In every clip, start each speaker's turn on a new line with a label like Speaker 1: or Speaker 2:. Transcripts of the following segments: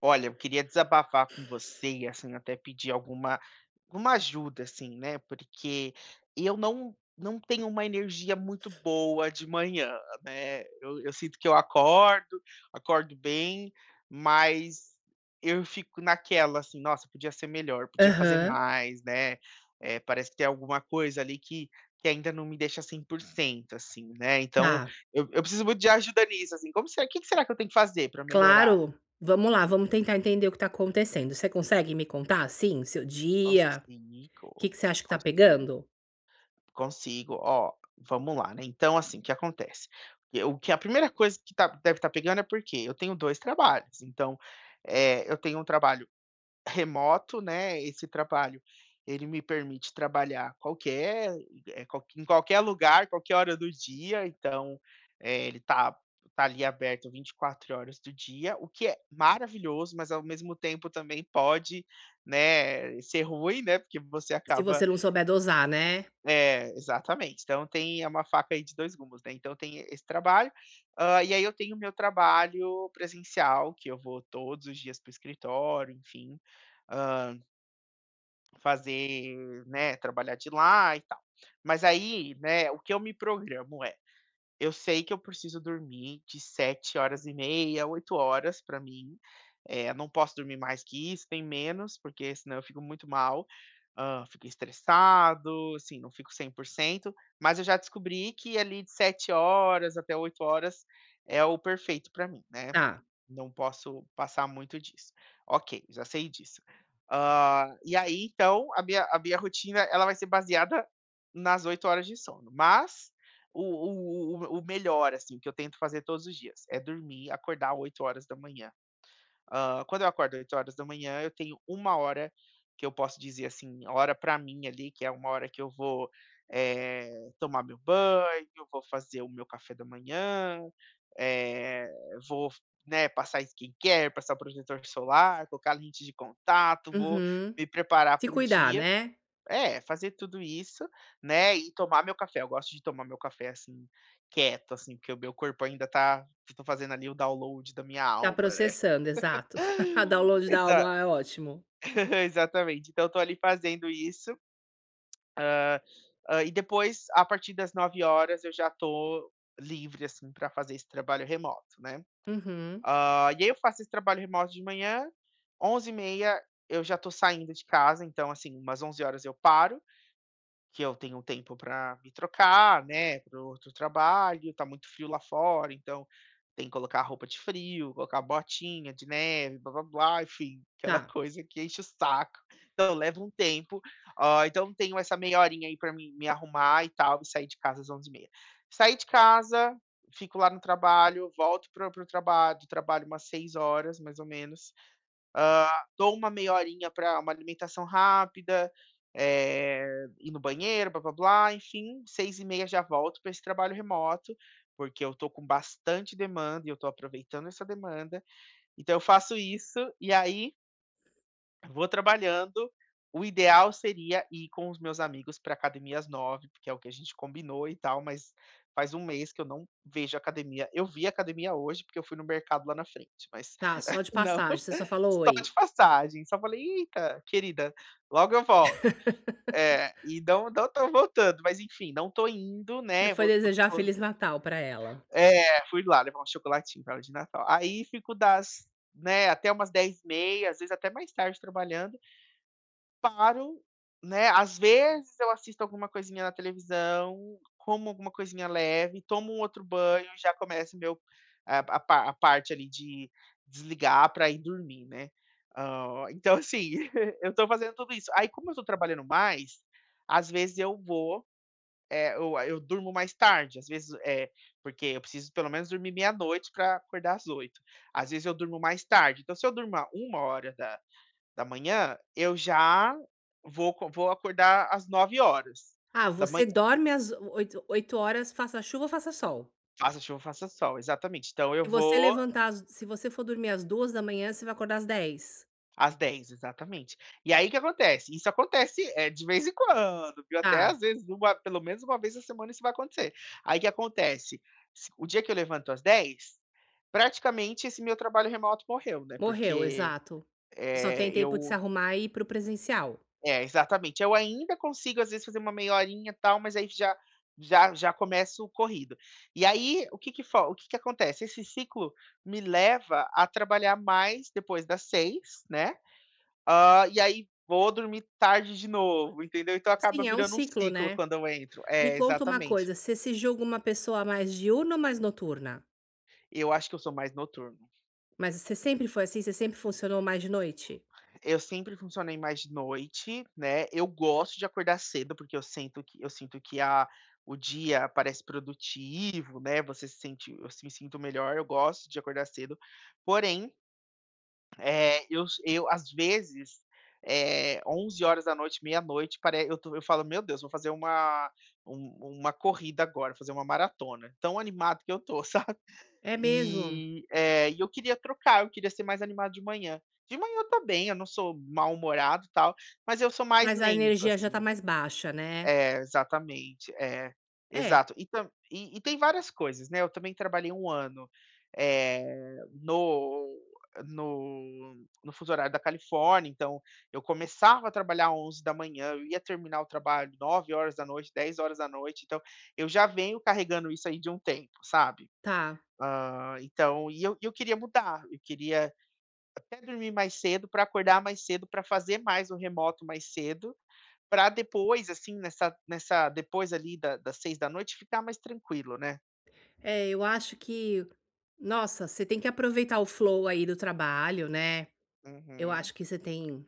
Speaker 1: Olha, eu queria desabafar com você e, assim, até pedir alguma ajuda, assim, né, porque eu não tenho uma energia muito boa de manhã, né. Eu sinto que eu acordo, bem, mas eu fico naquela, assim: "Nossa, podia ser melhor, podia fazer
Speaker 2: Aham,
Speaker 1: mais", né. Parece que tem alguma coisa ali que ainda não me deixa 100%, assim, né. Então
Speaker 2: tá.
Speaker 1: eu preciso muito de ajuda nisso, assim, como será, o que que será que eu tenho que fazer para melhorar?
Speaker 2: Claro. Vamos lá, vamos tentar entender o que tá acontecendo. Você consegue me contar, assim, seu dia?
Speaker 1: Consigo,
Speaker 2: O que que você acha que tá
Speaker 1: consigo,
Speaker 2: pegando?
Speaker 1: consigo. Ó, vamos lá, né, então, assim, o que acontece? E o que a primeira coisa que deve estar pegando é porque eu tenho 2 trabalhos, então, eu tenho um trabalho remoto, né, esse trabalho, ele me permite trabalhar qualquer, em qualquer lugar, qualquer hora do dia, então, ele tá ali aberto 24 horas do dia, o que é maravilhoso, mas ao mesmo tempo também pode, né, ser ruim, né, porque você
Speaker 2: Se você
Speaker 1: acaba.
Speaker 2: não souber dosar, né.
Speaker 1: É, exatamente. Então tem é uma faca aí de 2 gumes, né, então tem esse trabalho, e aí eu tenho o meu trabalho presencial, que eu vou todos os dias para o escritório, enfim, ah, fazer, né, trabalhar de lá e tal. Mas aí, né, o que eu me programo é, eu sei que eu preciso dormir de 7 horas e meia, 8 horas para mim, não posso dormir mais que isso, tem menos, porque senão eu fico muito mal, fico estressado, assim, não fico 100%. Mas eu já descobri que ali de 7 horas até 8 horas é o perfeito para mim, né.
Speaker 2: Tá.
Speaker 1: Não posso passar muito disso. Ok, já sei disso. E aí, então, a minha rotina, ela vai ser baseada nas 8 horas de sono, mas o melhor, assim, que eu tento fazer todos os dias, é dormir, acordar 8 horas da manhã. Quando eu acordo 8 horas da manhã, eu tenho uma hora que eu posso dizer, assim, hora para mim ali, que é uma hora que eu vou, eh, tomar meu banho, vou fazer o meu café da manhã, eh, vou, né, passar skincare, passar protetor solar, colocar lente de contato, vou
Speaker 2: Uhum.
Speaker 1: me preparar
Speaker 2: Se
Speaker 1: para o
Speaker 2: cuidar,
Speaker 1: dia.
Speaker 2: né.
Speaker 1: É, fazer tudo isso, né, e tomar meu café. Eu gosto de tomar meu café, assim, quieto, assim, porque o meu corpo ainda tá, eu tô fazendo ali o download da minha
Speaker 2: Tá
Speaker 1: alma, né.
Speaker 2: processando, exato. Download da
Speaker 1: Exa
Speaker 2: alma é ótimo.
Speaker 1: Exatamente. Então eu tô ali fazendo isso, e depois, a partir das 9 horas eu já tô livre, assim, para fazer esse trabalho remoto, né.
Speaker 2: Uhum.
Speaker 1: E aí eu faço esse trabalho remoto de manhã, 11h30 eu já tô saindo de casa, então, assim, umas 11 horas eu paro, que eu tenho tempo para me trocar, né, para o outro trabalho, tá muito frio lá fora, então tem que colocar roupa de frio, colocar botinha de neve, blá blá blá, enfim, aquela
Speaker 2: Tá,
Speaker 1: coisa que enche o saco. Então leva um tempo, então tenho essa meia horinha aí para mim me arrumar e tal, e sair de casa às 11h30. Saí de casa, fico lá no trabalho, volto para o trabalho do trabalho umas 6 horas, mais ou menos. Dou uma meia horinha pra uma alimentação rápida, eh, ir no banheiro, blá-blá-blá, enfim, 6h30 já volto para esse trabalho remoto, porque eu tô com bastante demanda e eu tô aproveitando essa demanda. Então eu faço isso e aí vou trabalhando. O ideal seria ir com os meus amigos para academia às 9, porque é o que a gente combinou e tal, mas faz um mês que eu não vejo academia. Eu vi academia hoje, porque eu fui no mercado lá na frente, mas
Speaker 2: tá, só de
Speaker 1: não,
Speaker 2: passagem, você só falou
Speaker 1: só
Speaker 2: "Oi".
Speaker 1: de passagem. Só falei: "Eita, querida, logo eu volto." É, e não, não tô voltando, mas enfim, não tô indo,
Speaker 2: Você
Speaker 1: né?
Speaker 2: foi desejar feliz Natal pra ela.
Speaker 1: É, fui lá levar um chocolatinho pra ela de Natal. Aí fico das, né, até umas 10h30, às vezes até mais tarde, trabalhando. Paro, né, às vezes eu assisto alguma coisinha na televisão, como alguma coisinha leve, tomo um outro banho, já começa o meu, a parte ali de desligar para ir dormir, né. Então assim, eu tô fazendo tudo isso. Aí como eu tô trabalhando mais, às vezes eu vou, eu durmo mais tarde, às vezes, é porque eu preciso pelo menos dormir meia-noite para acordar às 8. Às vezes eu durmo mais tarde, então se eu durmo 1 hora h da manhã, eu já vou acordar às 9 horas
Speaker 2: Ah,
Speaker 1: da
Speaker 2: você
Speaker 1: manhã,
Speaker 2: dorme às oito horas, faça chuva ou faça sol.
Speaker 1: faça chuva, faça sol, exatamente. Então eu
Speaker 2: Se você
Speaker 1: vou
Speaker 2: levantar às se você for dormir às 2h da manhã, você vai acordar às 10h.
Speaker 1: às 10, exatamente. E aí o que acontece? Isso acontece, é de vez em
Speaker 2: H
Speaker 1: quando, viu, até às
Speaker 2: Tá,
Speaker 1: vezes uma pelo menos uma vez na semana isso vai acontecer. Aí o que acontece? Se o dia que eu levanto às 10, praticamente esse meu trabalho remoto morreu, né,
Speaker 2: morreu,
Speaker 1: porque,
Speaker 2: exato. Só tem
Speaker 1: eh,
Speaker 2: tempo de se
Speaker 1: eu
Speaker 2: arrumar e ir para o presencial.
Speaker 1: é, exatamente. Eu ainda consigo, às vezes, fazer uma meia horinha e tal, mas aí já já começo o corrido. E aí, o que que fo o que que acontece? Esse ciclo me leva a trabalhar mais depois das seis, né, e aí vou dormir tarde de novo, entendeu? Então acaba
Speaker 2: Sim, é um
Speaker 1: virando um
Speaker 2: ciclo,
Speaker 1: ciclo
Speaker 2: né.
Speaker 1: quando eu entro.
Speaker 2: Me
Speaker 1: É,
Speaker 2: conta uma
Speaker 1: exatamente.
Speaker 2: coisa, você se julga uma pessoa mais diurna ou mais noturna?
Speaker 1: Eu acho que eu sou mais noturno.
Speaker 2: Mas você sempre foi assim? Você sempre funcionou mais de noite?
Speaker 1: Eu sempre funcionei mais de noite, né, eu gosto de acordar cedo, porque eu sinto que a o dia parece produtivo, né, você se sente eu me sinto melhor, eu gosto de acordar cedo. Porém, eu às vezes, é, 11 horas da noite, meia-noite, pare eu falo: "Meu Deus, vou fazer uma uma corrida agora, fazer uma maratona", tão animado que eu tô.
Speaker 2: É mesmo?
Speaker 1: E, eu queria trocar, eu queria ser mais animado de manhã. De manhã eu tô bem, eu não sou mal-humorado e tal, mas eu sou mais
Speaker 2: Mas a
Speaker 1: lento,
Speaker 2: energia já tá
Speaker 1: assim.
Speaker 2: mais baixa, né.
Speaker 1: É, exatamente, é,
Speaker 2: É,
Speaker 1: exato. E tem várias coisas, né, eu também trabalhei um ano, eh, no no no fuso horário da Califórnia, então eu começava a trabalhar 11 manhã, eu ia terminar o trabalho 21 horas da noite. Então eu já venho carregando isso aí de um tempo, sabe.
Speaker 2: tá.
Speaker 1: Então, eu queria mudar, eu queria até dormir mais cedo para acordar mais cedo, para fazer mais o remoto mais cedo, para depois, assim, nessa, depois ali da das 6 da noite ficar mais tranquilo, né.
Speaker 2: É, eu acho que nossa, você tem que aproveitar o flow aí do trabalho, né. Eu
Speaker 1: Uhum,
Speaker 2: acho que você tem.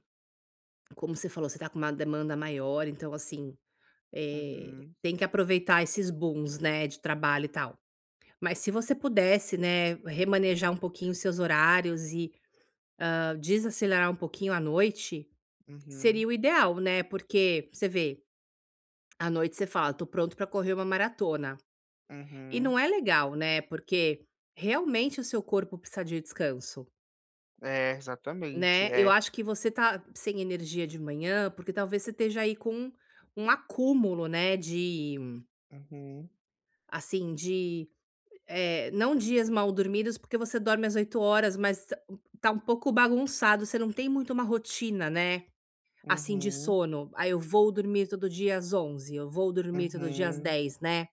Speaker 2: Como você falou, você tá com uma demanda maior, então, assim,
Speaker 1: uhum,
Speaker 2: tem que aproveitar esses booms, né, de trabalho e tal. Mas se você pudesse, né, remanejar um pouquinho os seus horários e, desacelerar um pouquinho à noite,
Speaker 1: uhum,
Speaker 2: seria o ideal, né, porque você vê, à noite você fala: "Tô pronto pra correr uma maratona", e
Speaker 1: uhum.
Speaker 2: não é legal, né, porque realmente o seu corpo precisa de descanso.
Speaker 1: É, exatamente,
Speaker 2: Né, eu
Speaker 1: é.
Speaker 2: acho que você tá sem energia de manhã, porque talvez você esteja aí com um acúmulo, né, de,
Speaker 1: Uhum,
Speaker 2: assim, de, não dias mal dormidos, porque você dorme às 8 horas, mas tá tá um pouco bagunçado, você não tem muito uma rotina, né, assim, de
Speaker 1: uhum,
Speaker 2: sono. Aí eu vou dormir todo dia às 11h, eu vou dormir todo dia às
Speaker 1: uhum,
Speaker 2: 10h, né.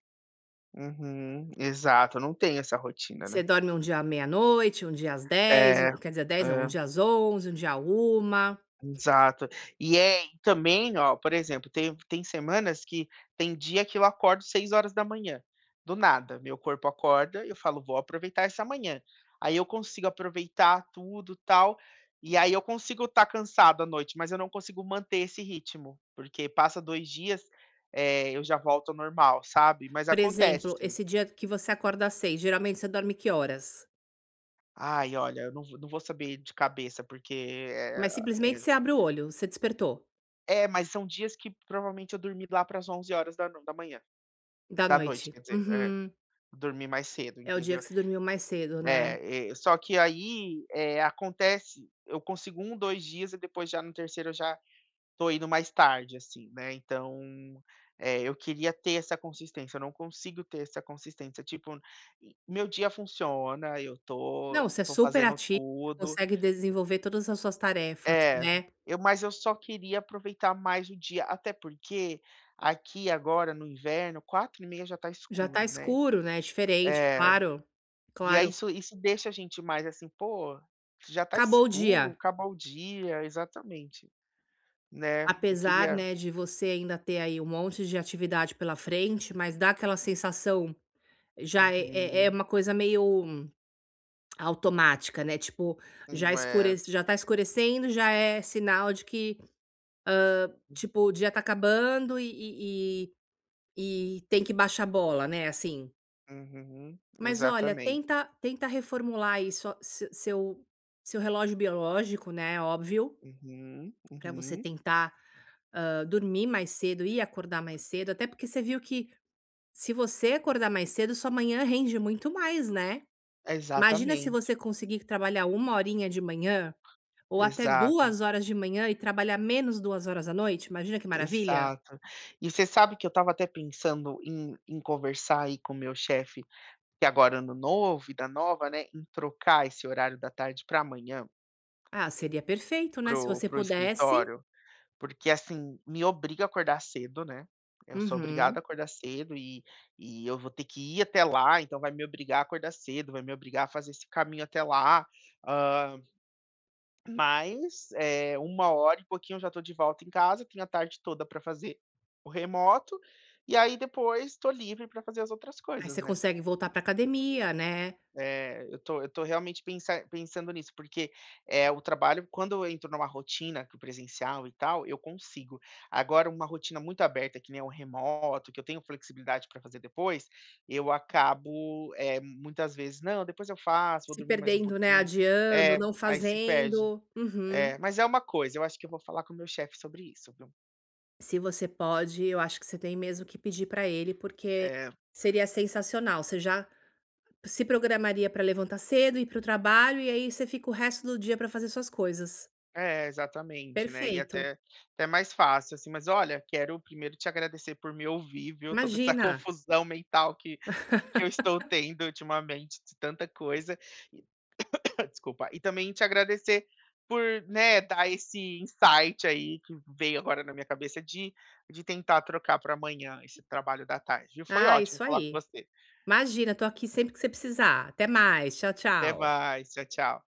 Speaker 1: uhum. Exato, eu não tenho essa rotina, né.
Speaker 2: Você dorme um dia à meia-noite, um dia às 10h,
Speaker 1: É, é.
Speaker 2: um quer dizer, dez não, um dia às 11h, um dia à 1h.
Speaker 1: Exato. E também, ó, por exemplo, tem semanas que tem dia que eu acordo 6 horas da manhã, do nada, meu corpo acorda, eu falo: "Vou aproveitar essa manhã." Aí eu consigo aproveitar tudo, tal, e aí eu consigo estar cansado à noite, mas eu não consigo manter esse ritmo, porque passa 2 dias, eu já volto ao normal, sabe. Mas
Speaker 2: Por
Speaker 1: acontece,
Speaker 2: exemplo,
Speaker 1: assim.
Speaker 2: esse dia que você acorda às 6h, geralmente você dorme que horas?
Speaker 1: Ai, olha, eu não vou não vou saber de cabeça, porque,
Speaker 2: Mas simplesmente
Speaker 1: é.
Speaker 2: você abre o olho, você despertou,
Speaker 1: É, mas são dias que provavelmente eu dormi lá para as 11 horas da no da manhã,
Speaker 2: da
Speaker 1: da noite,
Speaker 2: noite.
Speaker 1: quer dizer, é,
Speaker 2: Uhum.
Speaker 1: dormi mais cedo,
Speaker 2: É o dia que
Speaker 1: entendeu.
Speaker 2: você dormiu mais cedo, né.
Speaker 1: É, só que aí, acontece, eu consigo um, 2 dias e depois já no terceiro eu já tô indo mais tarde, assim, né, então, eu queria ter essa consistência, eu não consigo ter essa consistência, tipo, meu dia funciona, eu tô
Speaker 2: Não, você é
Speaker 1: tô
Speaker 2: super
Speaker 1: fazendo
Speaker 2: ativa,
Speaker 1: tudo.
Speaker 2: consegue desenvolver todas as suas tarefas,
Speaker 1: É,
Speaker 2: né.
Speaker 1: eu mas eu só queria aproveitar mais o dia, até porque aqui agora no inverno 4h30 já tá
Speaker 2: Já tá
Speaker 1: escuro, né.
Speaker 2: escuro, né, diferente,
Speaker 1: É,
Speaker 2: claro,
Speaker 1: e aí
Speaker 2: claro.
Speaker 1: isso deixa a gente mais assim: "Pô, já tá
Speaker 2: Acabou o
Speaker 1: escuro,
Speaker 2: dia,
Speaker 1: acabou o dia", exatamente, né. Eu
Speaker 2: apesar,
Speaker 1: queria.
Speaker 2: né, de você ainda ter aí um monte de atividade pela frente, mas dá aquela sensação, já é é é
Speaker 1: Uhum,
Speaker 2: uma coisa meio automática, né, tipo, já
Speaker 1: é,
Speaker 2: escurece, já tá escurecendo, já é sinal de que, tipo, o dia tá acabando e tem que baixar a bola, né, assim.
Speaker 1: uhum,
Speaker 2: Mas olha,
Speaker 1: exatamente.
Speaker 2: tenta reformular isso, a se seu relógio biológico, né, óbvio,
Speaker 1: Uhum,
Speaker 2: para você
Speaker 1: uhum.
Speaker 2: tentar, dormir mais cedo e acordar mais cedo, até porque você viu que se você acordar mais cedo, sua manhã rende muito mais, né. Imagina se
Speaker 1: Exatamente,
Speaker 2: você conseguir trabalhar uma horinha de manhã, ou até
Speaker 1: exato,
Speaker 2: 2 horas de manhã, e trabalhar menos 2 horas à noite, imagina que maravilha?
Speaker 1: exato. E você sabe que eu estava até pensando em conversar aí com o meu chefe, que agora ano novo, vida nova, né, em trocar esse horário da tarde para amanhã,
Speaker 2: Ah, seria perfeito, né,
Speaker 1: para
Speaker 2: se você
Speaker 1: o
Speaker 2: pudesse.
Speaker 1: escritório, porque assim, me obriga a acordar cedo, né, eu sou obrigada a
Speaker 2: Uhum.
Speaker 1: acordar cedo, e eu vou ter que ir até lá, então vai me obrigar a acordar cedo, vai me obrigar a fazer esse caminho até lá, hã, mas, 13 hora e pouquinho eu já estou de volta em casa, tenho a tarde toda para fazer o remoto, e aí depois estou livre para fazer as outras
Speaker 2: Aí
Speaker 1: coisas,
Speaker 2: você
Speaker 1: né.
Speaker 2: consegue voltar pra academia, né,
Speaker 1: É, eu tô realmente pensando nisso, porque, o trabalho, quando eu entro numa rotina que o presencial e tal, eu consigo. Agora uma rotina muito aberta, que nem o remoto, que eu tenho flexibilidade para fazer depois, eu acabo, muitas vezes: "Não, depois eu faço, vou
Speaker 2: se
Speaker 1: dormir mais um
Speaker 2: perdendo, né,
Speaker 1: pouquinho."
Speaker 2: adiando,
Speaker 1: É,
Speaker 2: não
Speaker 1: aí se perde.
Speaker 2: fazendo. Uhum.
Speaker 1: É, mas é uma coisa, eu acho que eu vou falar com o meu chefe sobre isso, viu.
Speaker 2: Se você pode, eu acho que você tem mesmo que pedir pra ele, porque
Speaker 1: É.
Speaker 2: seria sensacional, você já se programaria pra levantar cedo, ir para o trabalho e aí você fica o resto do dia pra fazer suas coisas.
Speaker 1: É, exatamente, né, e
Speaker 2: Perfeito.
Speaker 1: até mais fácil, assim. Mas olha, quero primeiro te agradecer por me ouvir, viu, toda essa
Speaker 2: Imagina.
Speaker 1: confusão mental que que eu estou tendo ultimamente de tanta coisa. E desculpa. E também te agradecer por, né, dar esse insight aí que veio agora na minha cabeça de tentar trocar para amanhã esse trabalho da tarde, viu. Foi
Speaker 2: Ah,
Speaker 1: ótimo
Speaker 2: isso
Speaker 1: falar com
Speaker 2: aí.
Speaker 1: você.
Speaker 2: Imagina, tô aqui sempre que você precisar. Até mais, tchau,
Speaker 1: Até
Speaker 2: tchau.
Speaker 1: mais. Tchau, tchau.